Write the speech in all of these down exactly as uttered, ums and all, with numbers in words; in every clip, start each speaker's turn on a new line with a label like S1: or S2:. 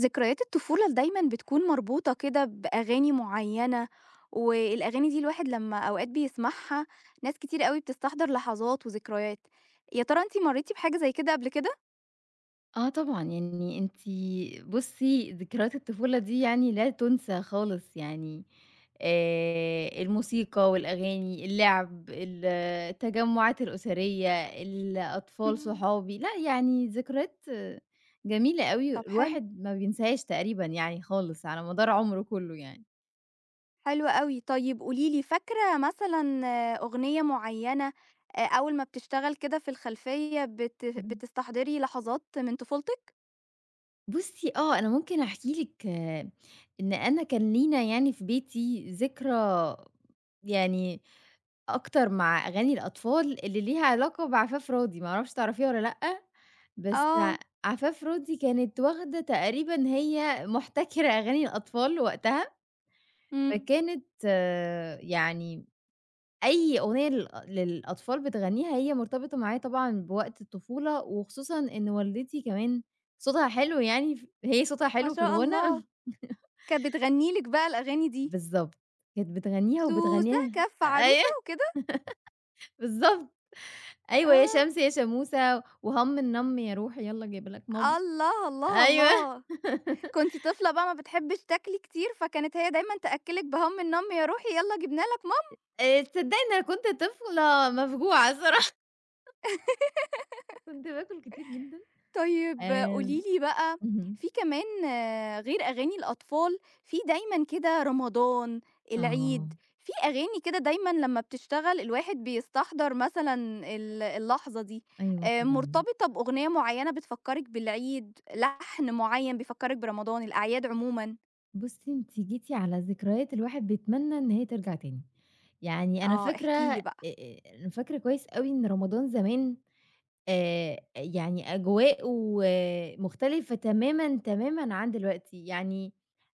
S1: ذكريات الطفولة ل دايمًا بتكون مربوطة كده بأغاني معيّنة، والأغاني دي الواحد لمّا أوقات بيسمعها، ناس كتير أوي بتستحضر لحظات وذكريات. يا ترى أنتِ مرّيتِ بحاجة زي كده قبل كده؟
S2: آه طبعًا، يعني أنتِ بُصّي، ذكريات الطفولة دي يعني لا تُنسى خالص يعني، آآ الموسيقى والأغاني، اللعب، ال التجمُّعات الأسرية، الأطفال
S1: إمم،
S2: صحابي، لأ يعني ذكريات آه، جميلة أوي،
S1: طب حلو،
S2: الواحد ما بينساهاش تقريبًا يعني خالص على مدار عُمره كُلّه يعني.
S1: حلو أوي. طيب قولي لي فاكرة مثلًا آه، أغنية معيّنة أ أول ما بتشتغل كده في الخلفية بت
S2: اهم.
S1: بتستحضري لحظات من طفولتِك؟
S2: بُصّي آه، أنا ممكن أحكي لِك إن أنا كان لينا يعني في بيتي ذكرى يعني أكتر مع أغاني الأطفال اللي ليها علاقة بعفاف راضي، ما أعرفش تعرفيها والّا لأ، بس ع
S1: آه،
S2: عفاف راضي كانت واخدة تقريبًا هي محتكرة أغاني الأطفال وقتها،
S1: إمم،
S2: فكانت آه، يعني أي أغنية لل للأطفال بتغنيها هي مرتبطة معايا طبعًا بوقت الطفولة، وخصوصًا إن والدتي كمان صوتها حلو يعني ف هي صوتها
S1: ما
S2: حلو في
S1: شاء الله.
S2: الغنا
S1: كانت بتغني لِك بقى الأغاني دي،
S2: بالضبط. كانت بتغنيها
S1: سوسة
S2: وبتغنيها
S1: كف عروسة
S2: أيوه
S1: وكده؟
S2: بالضبط. أيوه، يا
S1: آه.
S2: شمس يا شموسة، وهَم النَم يا روحي يالّا جايبة لك مَم.
S1: الله، الله،
S2: أيوه.
S1: الله! كنتِ طفلة بقى ما بتحبّيش تاكلي كتير، فكانت هي دايمًا تأكّلِك بهَم النَم يا روحي يالّا جِبنا لك ماما.
S2: آآ تصدّقي إن أنا كنت طفلة مفجوعة الصراحة، كنت باكل كتير جدًا.
S1: طيب قولي
S2: آمم.
S1: لي بقى،
S2: اهم.
S1: في كمان آه، غير أغاني الأطفال، في دايمًا كده رمضان،
S2: آه.
S1: العيد، في أغاني كده دايمًا لمّا بتشتغل الواحد بيستحضر مثلًا ال اللحظة دي،
S2: أيوه
S1: آآ
S2: طبعًا.
S1: مرتبطة بأغنية معيّنة بتفكّرِك بالعيد، لحن معيّن بيفكّرِك برمضان، الأعياد عمومًا؟
S2: بُصّي أنتِ جيتِ على ذكريات الواحد بيتمنى إن هي ترجع تاني. يعني أنا
S1: آه،
S2: فاكرة
S1: احكي
S2: آآ
S1: لي بقى.
S2: أنا فاكرة كويس أوي إن رمضان زمان آآ يعني أجواءه مختلفة تمامًا، تمامًا عن دلوقتي، يعني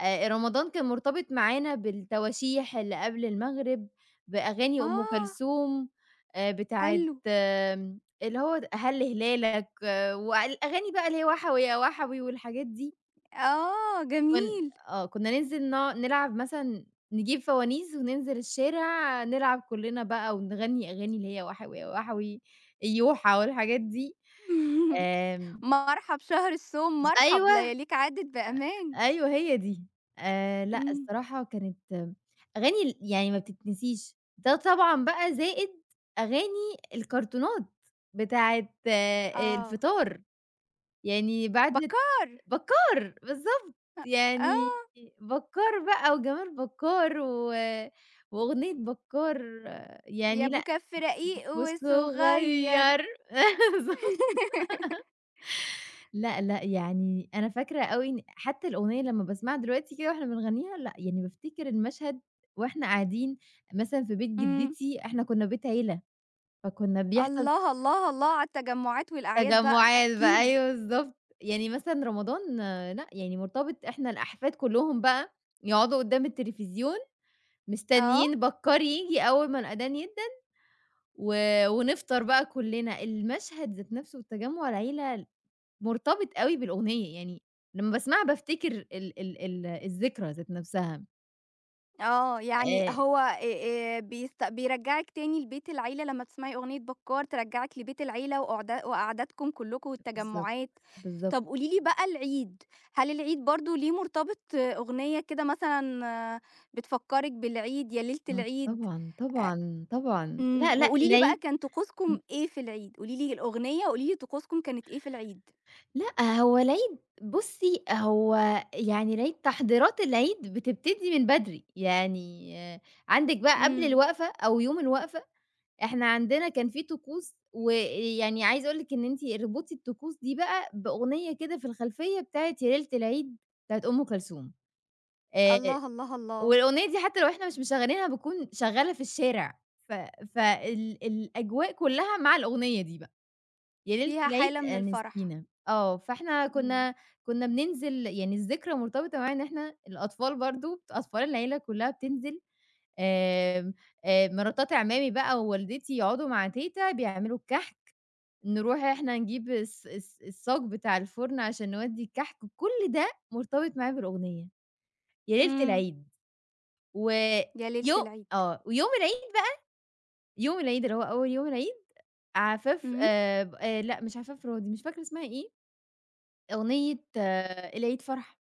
S2: آآ رمضان كان مرتبط معانا بالتواشيح اللي قبل المغرب، بأغاني أم
S1: آه،
S2: كلثوم آآ بتاعة
S1: حلو.
S2: آمم اللي هو هل هلالك، والأغاني بقى اللي هي وَحَوي يا وَحَوي والحاجات دي،
S1: آه،
S2: كن
S1: جميل.
S2: آه، كنا ننزل ن نلعب مثلًا، نجيب فوانيس وننزل الشارع نلعب كلنا بقى ونغني أغاني اللي هي وَحَوي يا وَحَوي، يوحى والحاجات دي. آمم
S1: مرحب شهر الصوم
S2: ز
S1: مرحب،
S2: أيوه،
S1: لياليك عدِّت بأمان.
S2: أيوه هي دي. آآ لأ
S1: إمم،
S2: الصراحة كانت أغاني ال يعني ما بتتنسيش، ده طبعًا بقى زائد أغاني الكرتونات بتاعة
S1: آه،
S2: الفطار، يعني بعد
S1: بكّار،
S2: بكّار بالضبط، يعني
S1: آه،
S2: بكّار بقى وجمال بكّار و وأغنية بكّار
S1: يا
S2: يعني
S1: أبو
S2: لأ
S1: كَف رقيق
S2: والصغير
S1: وصغيّر.
S2: بالضبط. لأ، لأ، يعني أنا فاكرة أوي إن حتى الأغنية لمّا باسمعها دلوقتي كده وإحنا بنغنيها، لأ، يعني بافتكر المشهد وإحنا قاعدين مثلًا في بيت
S1: إمم،
S2: جدتي، إحنا كنا بيت عيلة، فكنا بيحصل
S1: الله، الله، الله على التجمُّعات والأعياد بقى،
S2: تجمُّعات
S1: احكِ
S2: بقى
S1: لي.
S2: أيوه بالضبط، يعني مثلًا رمضان لأ، يعني مرتبط إحنا الأحفاد كلّهم بقى يقعدوا قدّام التلفزيون
S1: آه.
S2: مستنيين بكّار ييجي أول ما الأذان يدَّن و ونفطر بقى كلّنا، المشهد ذات نَفْسه والتجمُّع العيلة مرتبط أوي بالأغنية، يعني لمّا باسمعها بافتكر ال ال ال الذكرى ذات نفسها.
S1: آه، يعني
S2: آآ
S1: هو آآ آآ بيست بيرجّعِك تاني لبيت العيلة لمّا تسمعي أغنية بكّار ترجّعِك لبيت العيلة وقعد وقعداتكم كلّكم
S2: بالضبط،
S1: والتجمُّعات.
S2: بالضبط.
S1: طَب قولي لي بقى العيد، هل العيد برضه ليه مرتبط أغنية كده مثلًا آه، بتفكّرِك بالعيد، يا ليلة
S2: آه
S1: العيد؟
S2: طبعًا،
S1: أ
S2: طبعًا، طبعًا.
S1: إمم،
S2: لأ، لأ،
S1: وقولي لي بقى
S2: العيد.
S1: كان
S2: إمم.
S1: طقوسكم إيه في العيد؟ قولي لي الأغنية وقولي لي طقوسكم كانت إيه في العيد.
S2: لأ، هو العيد بُصّي، هو يعني العيد تحضيرات العيد بتبتدي من بدري، يعني آه، عندِك بقى قبل
S1: إمم،
S2: الوقفة أو يوم الوقفة، إحنا عندنا كان في طقوس، ويعني عايزة أقول لِك إن أنتِ اربطي الطقوس دي بقى بأغنية كده في الخلفية بتاعة يا ليلة العيد بتاعة أم كلثوم. آآ
S1: الله، الله، الله،
S2: والأغنية دي حتى لو إحنا مش مشغّلينها بتكون شغّالة في الشارع، ف فال الأجواء كُلّها مع الأغنية دي بقى، يا ليلة
S1: فيها
S2: العيد
S1: حالة من
S2: آآ
S1: الفرح.
S2: نسينا، آه، فإحنا
S1: إمم،
S2: كُنّا كُنّا بننزل يعني الذكرى مرتبطة معايا إن إحنا الأطفال برضه، أطفال العيلة كُلّها بتنزل، آمم، آآ مراتات عمامي بقى ووالدتي يقعدوا مع تيتة بيعملوا الكحك، نروح إحنا نجيب الص الص الصاج بتاع الفُرن عشان نودّي الكحك، كل ده مرتبط معايا بالأغنية، يا ليلة
S1: إمم،
S2: العيد.
S1: يا ليلة
S2: ويو
S1: العيد.
S2: آه، ويوم العيد يوم العيد اللي هو أول يوم العيد عفاف
S1: إمم.
S2: آآ ب آآ لأ مش عفاف راضي، مش فاكرة اسمها إيه، أغنية آه العيد فرحة،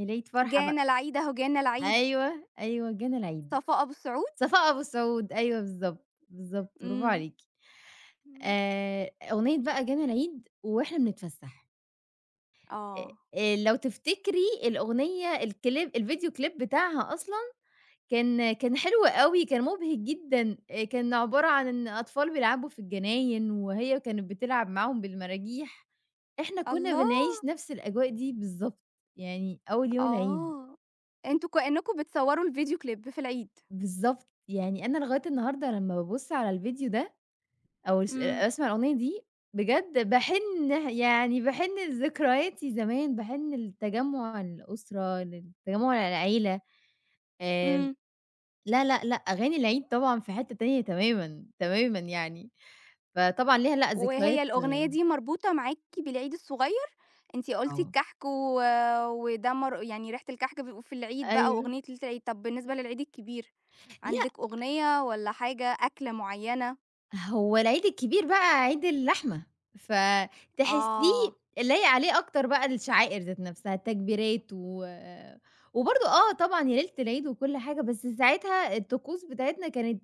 S2: العيد فرحة بقى،
S1: جانا العيد أهو جانا العيد،
S2: أيوه، أيوه جانا العيد،
S1: صفاء أبو سعود؟
S2: صفاء أبو السعود، أيوه بالضبط، بالضبط، برافو
S1: إمم،
S2: عليكِ.
S1: إمم،
S2: آآ أغنية بقى جانا العيد وإحنا بنتفسح،
S1: آه،
S2: آآ لو تفتكري الأغنية الكليب الفيديو كليب بتاعها أصلًا كان كان حلو أوي، كان مُبهِج جدًا، آآ كان عبارة عن إن أطفال بيلعبوا في الجناين، وهي كانت بتلعب معاهم بالمراجيح، إحنا كُنّا
S1: الله!
S2: بنعيش نفس الأجواء دي بالضبط، يعني أول يوم العيد،
S1: آه، أنتم كإنكم بتصوروا الفيديو كليب في العيد،
S2: بالضبط، يعني أنا لغاية النهارده لمّا بابُص على الفيديو ده أو الس
S1: إمم،
S2: أسمع الأغنية دي، بجد باحِن يعني باحِن لذكرياتي زمان، باحِن لتجمُّع الأسرة، لتجمُّع العيلة. آمم
S1: إمم،
S2: لا، لأ، لأ، أغاني العيد طبعًا في حتّة تانية تمامًا، تمامًا يعني. فطبعًا ليها لأ
S1: وهي
S2: ذكريات
S1: الأغنية دي مربوطة معاكِ بالعيد الصغير؟ أنتِ قُلتِ
S2: آه.
S1: الكحك و وده مر يعني ريحة الكحك بيبقوا في العيد بقى
S2: أيوه.
S1: وأغنية ليلة العيد، طب بالنسبة للعيد الكبير،
S2: لأ،
S1: عندِك أغنية والّا حاجة، أكلة معينة؟
S2: هو العيد الكبير بقى عيد اللحمة،
S1: آه،
S2: فتحسّيه لايق عليه أكتر بقى الشعائر ذات نفسها، التكبيرات و وبرضه آه طبعًا يا ليلة العيد وكل حاجة، بس ساعتها الطقوس بتاعتنا كانت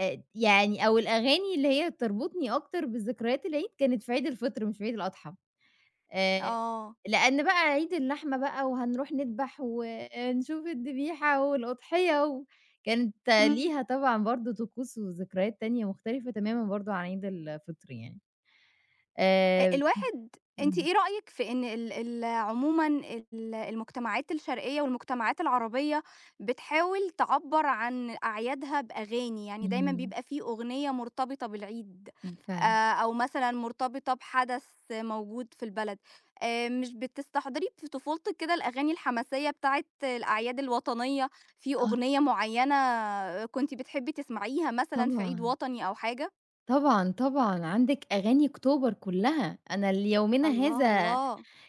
S2: آآ يعني أو الأغاني اللي هي بتربطني أكتر بذكريات العيد كانت في عيد الفطر مش في عيد الأضحى. آآ
S1: آه،
S2: لإن بقى عيد اللحمة بقى وهنروح نذبح ونشوف الذبيحة والأُضحية و كانت
S1: إمم.
S2: ليها طبعًا برضه طقوس وذكريات تانية مختلفة تمامًا برضه عن عيد الفطر يعني.
S1: أ
S2: آآ
S1: الواحد أنتِ
S2: إمم.
S1: إيه رأيِك في إن ال ال عمومًا ال المجتمعات الشرقية والمجتمعات العربية بتحاول تعبّر عن أعيادها بأغاني، يعني دايمًا
S2: اهم.
S1: بيبقى في أغنية مرتبطة بالعيد
S2: فعلًا.
S1: آآ أو مثلًا مرتبطة بحدث موجود في البلد، آآ مش بتستحضري في طفولتِك كده الأغاني الحماسية بتاعة الأعياد الوطنية، في
S2: آه
S1: أغنية معيّنة كنتِ بتحبي تسمعيها مثلًا في عيد
S2: طبعًا.
S1: وطني أو حاجة؟
S2: طبعًا، طبعًا. عندِك أغاني أكتوبر كُلّها، أنا ليومنا
S1: الله،
S2: هذا
S1: الله،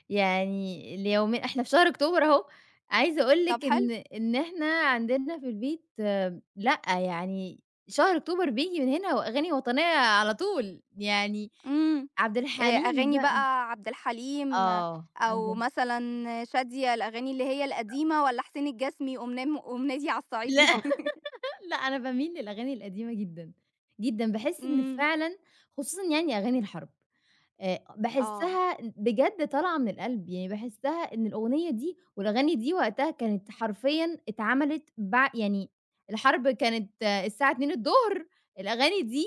S2: يعني ليومين إحنا في شهر أكتوبر أهو، عايزة أقول
S1: طب
S2: لِك
S1: حلو.
S2: إن إن إحنا عندنا في البيت، آه، لأ، يعني شهر أكتوبر بييجي من هنا وأغاني وطنية على طول، يعني
S1: إمم.
S2: عبد
S1: آآ
S2: الحليم
S1: أغاني
S2: بقى،
S1: بقى عبد الحليم
S2: آه، عبد
S1: أو
S2: ال
S1: مثلًا شادية، الأغاني اللي هي القديمة والّا حسين الجسمي قوم نام قوم نادي
S2: لأ.
S1: عالصعيدي؟
S2: لأ أنا باميل للأغاني القديمة جدًا، جدًا، باحس إن
S1: إمم.
S2: فعلًا خصوصًا يعني أغاني الحرب. آآ
S1: آه.
S2: باحسّها بجد طالعة من القلب، يعني باحسّها إن الأغنية دي والأغاني دي وقتها كانت حرفيًا اتعملت بع يعني الحرب كانت آه، الساعة الثانية الأغاني دي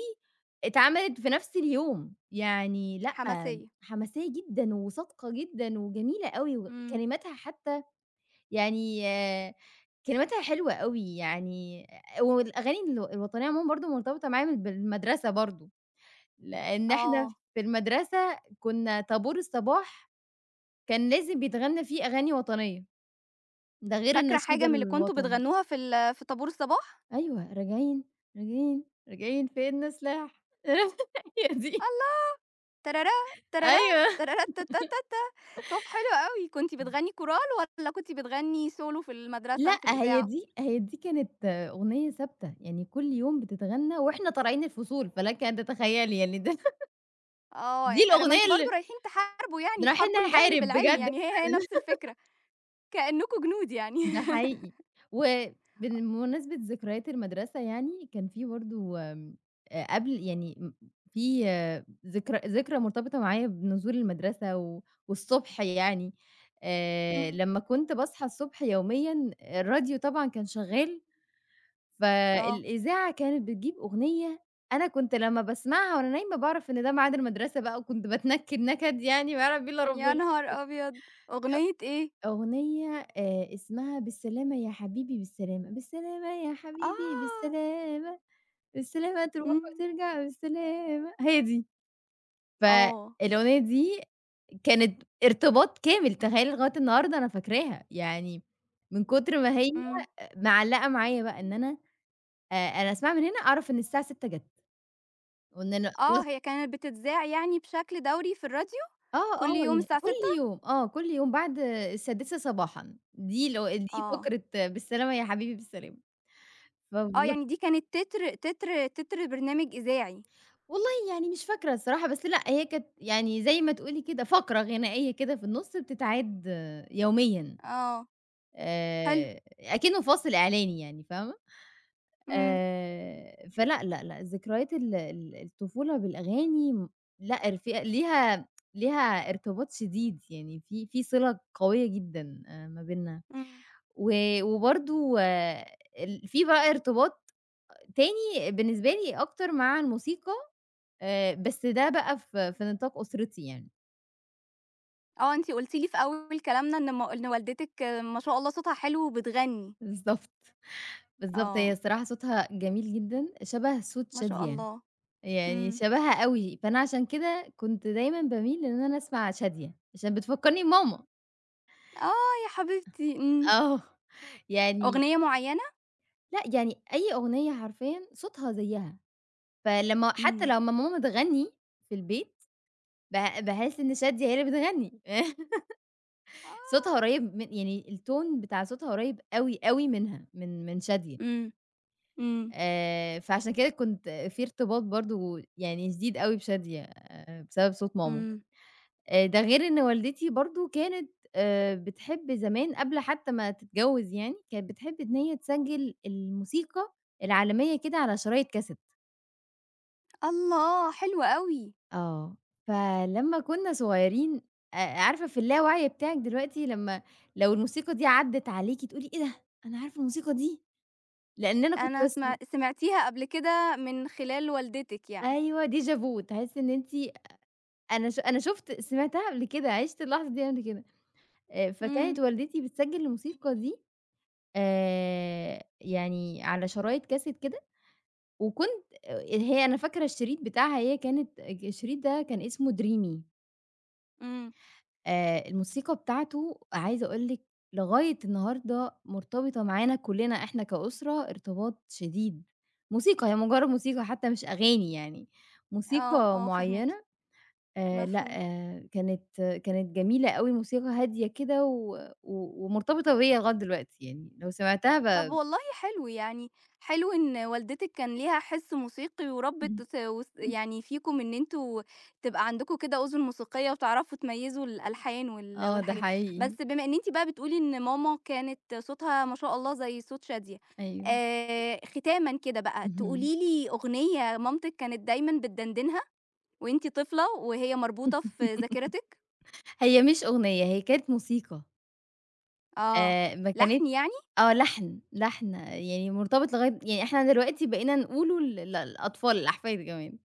S2: اتعملت في نفس اليوم، يعني لأ،
S1: حماسية.
S2: حماسية جدًا وصادقة جدًا وجميلة أوي
S1: إمم.
S2: وكلماتها حتى يعني آه، كلماتها حلوة أوي، يعني والأغاني ال الوطنية عمومًا برضه مرتبطة معايا بالمدرسة برضه. لإن إحنا
S1: آه.
S2: في المدرسة كنا طابور الصباح كان لازم بيتغنى فيه أغاني وطنية، ده غير
S1: فاكرة
S2: النشيد
S1: حاجة من اللي كنتم
S2: الوطني.
S1: بتغنوها في ال في طابور الصباح؟
S2: أيوه، راجعين، راجعين، راجعين فِينّا سلاح هي دي.
S1: الله ترارا، ترارا،
S2: أيوه.
S1: تراراتاتاتاتا. طب حلو أوي. كنتِ بتغني كورال والّا كنتِ بتغني سولو في المدرسة
S2: لأ،
S1: في
S2: هي
S1: الإذاعة؟
S2: دي هي دي كانت أغنية ثابتة، يعني كل يوم بتتغنى وإحنا طالعين الفصول، فلَكِ أن تتخيلي يعني ده.
S1: آه.
S2: دي
S1: ي ما
S2: الأغنية
S1: أنتم برضه
S2: اللي
S1: رايحين تحاربوا يعني،
S2: رايحين
S1: تحاربوا الجهل
S2: نحارب
S1: بالعلم
S2: بجد
S1: يعني هي، هي
S2: فعلًا.
S1: نفس الفكرة. كأنكم جنود يعني.
S2: ده حقيقي. وبمناسبة ذكريات المدرسة يعني، كان في برضه، آمم، آآ قبل يعني م في آه، ذكرى ذكرى مرتبطة معايا بنزول المدرسة و والصبح يعني، آآ
S1: إمم،
S2: لمّا كنت باصحى الصبح يوميًا، الراديو طبعًا كان شغّال،
S1: آه،
S2: فالإذاعة كانت بتجيب أغنية أنا كنت لمّا باسمعها وأنا نايمة باعرف إن ده ميعاد المدرسة بقى، وكنت باتنكد نكد يعني ما يعلم بيه إلا
S1: يا
S2: ربنا.
S1: نهار أبيض! أغنية إيه؟
S2: أغنية آآ اسمها "بالسلامة يا حبيبي بالسلامة، بالسلامة يا حبيبي
S1: آه،
S2: بالسلامة، بالسلامة تروح
S1: إمم،
S2: وترجع بالسلامة." هي دي.
S1: آه،
S2: فالأغنية دي كانت ارتباط كامل، تخيّل لغاية النهارده أنا فاكراها، يعني من كتر ما هي
S1: إمم،
S2: معلّقة معايا بقى إن أنا آآ أنا أسمعها من هنا أعرف إن الساعة السادسة جَت، وإن أنا خلاص.
S1: آه، هي كانت بتتذاع يعني بشكل دوري في الراديو
S2: آه،
S1: كل
S2: آه،
S1: يوم
S2: يعني
S1: الساعة
S2: كل
S1: ستة؟
S2: يوم آه، كل يوم بعد السادسة صباحًا دي الأغ دي
S1: آه،
S2: فقرة "بالسلامة يا حبيبي بالسلامة." ف
S1: آه، يعني دي كانت تتر تتر تتر برنامج إذاعي،
S2: والله يعني مش فاكرة الصراحة، بس لأ هي كانت يعني زي ما تقولي كده فقرة غنائية كده في النُص بتتعاد يوميًا،
S1: آه، حلو،
S2: آآ أكنه فاصل إعلاني يعني فاهمة؟
S1: إمم،
S2: آآ فلأ، لأ، لأ، ذكريات ال ال الطفولة بالأغاني، م لأ رف ليها ليها ارتباط شديد، يعني في في صِلة قوية جدًا آآ ما بيننا،
S1: إمم،
S2: و وبرضه ال في بقى ارتباط تاني بالنسبة لي أكتر مع الموسيقى، آآ، بس ده بقى في في نطاق أسرتي يعني.
S1: آه، أنتِ قلتِ لي في أول كلامنا إن م إن والدتِك آه، ما شاء الله صوتها حلو وبتغني،
S2: بالضبط، بالضبط، هي
S1: آه،
S2: الصراحة صوتها جميل جدًا، شبه صوت
S1: ما شاء
S2: شادية،
S1: الله،
S2: يعني
S1: إمم،
S2: شبهها أوي، فأنا عشان كده كنت دايمًا باميل إن أنا أسمع شادية، عشان بتفكّرني بماما.
S1: آه، يا حبيبتي، إمم،
S2: آه، يعني
S1: أغنية معينة؟
S2: لأ، يعني أي أغنية حرفيًا صوتها زيها، فلمّا حتى
S1: إمم.
S2: لمّا ماما تغني في البيت، ب باحس إن شادية هي اللي بتغني. صوتها
S1: آه،
S2: قريب من يعني الtone بتاع صوتها قريب أوي، أوي منها، من من شادية.
S1: إمم، إمم،
S2: آآ، فعشان كده كنت في ارتباط برضه يعني شديد أوي بشادية، آآ، بسبب صوت ماما،
S1: إمم،
S2: آآ، ده غير إن والدتي برضه كانت آآ، بتحب زمان قبل حتى ما تتجوز يعني، كانت بتحب إن هي تسجّل الموسيقى العالمية كده على شرايط كاسيت.
S1: الله! حلو أوي،
S2: آه، فلمّا كنا صغيرين، آآ، عارفة في اللاوعي بتاعِك دلوقتي لمّا لو الموسيقى دي عدِّت عليكِ تقولي إيه ده، أنا عارفة الموسيقى دي. لإن أنا كنت
S1: أنا
S2: بس
S1: سمع سمعتيها قبل كده من خلال والدتِك يعني،
S2: أيوه déjà vu تحسّي إن أنتِ أنا ش أنا شُفت سمعتها قبل كده، عِشت اللحظة دي قبل كده، آآ فكانت
S1: إمم،
S2: والدتي بتسجّل الموسيقى دي آآ يعني على شرايط كاسيت كده. وكنت هي أنا فاكرة الشريط بتاعها، هي كانت الشريط ده كان اسمه dreamy.
S1: إمم،
S2: آآ الموسيقى بتاعته عايزة أقول لِك لغاية النهارده مرتبطة معانا كُلّنا إحنا كأسرة ارتباط شديد، موسيقى هي مجرّد موسيقى حتى مش أغاني يعني،
S1: آه،
S2: موسيقى
S1: آه، فاهماكِ،
S2: معيّنة. آآ لأ،
S1: مفهوم.
S2: آه كانت كانت جميلة أوي، موسيقى هادية كده و و ومرتبطة بيّا لغاية دلوقتي يعني، لو سمعتها
S1: طب
S2: ب
S1: والله حلو، يعني حلو إن والدتِك كان ليها حِس موسيقي
S2: اهم.
S1: وربِّت س وس يعني فيكم إن أنتم تبقى عندكم كده أذن موسيقية وتعرفوا تميّزوا الألحان وال
S2: آه ده
S1: والحاجات. بس
S2: حقيقي.
S1: بما إن أنتِ بقى بتقولي إن ماما كانت صوتها ما شاء الله زي صوت شادية،
S2: أيوه.
S1: آآ ختامًا كده بقى
S2: اهم.
S1: تقولي لي أغنية مامتِك كانت دايمًا بتدندنها وأنتِ طفلة وهي مربوطة في ذاكرتِك؟
S2: هي مش أغنية، هي كانت موسيقى.
S1: آه،
S2: آآ ما كانتش
S1: لحن يعني؟
S2: آه لحن، لحن يعني مرتبط لغاية يعني إحنا دلوقتي بقينا نقوله لل للأطفال، الأحفاد كمان.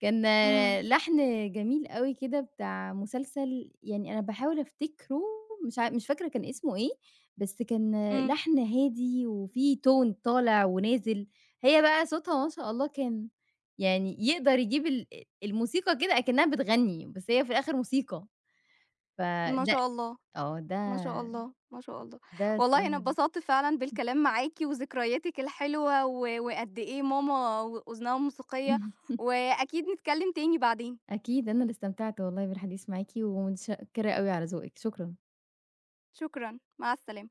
S2: كان
S1: إمم،
S2: لحن جميل أوي كده بتاع مسلسل يعني أنا باحاول أفتكره، مش عا مش فاكرة كان اسمه إيه، بس كان
S1: إمم،
S2: لحن هادي وفيه tone طالع ونازل. هي بقى صوتها ما شاء الله كان يعني يقدر يجيب ال الموسيقى كده أكنها بتغني، بس هي في الآخر موسيقى.
S1: ما
S2: فده
S1: شاء الله.
S2: آه
S1: ما شاء
S2: ده
S1: الله، ما شاء الله.
S2: ده
S1: والله أنا
S2: الصراحة
S1: اتبسطت فعلًا بالكلام معاكِ وذكرياتِك الحلوة و وقد إيه ماما و أذنها موسيقية، وأكيد نتكلم تاني بعدين.
S2: أكيد أنا اللي استمتعت والله بالحديث معاكِ ومتشكرة أوي على ذوقِك، شكرًا.
S1: شكرًا، مع السلامة.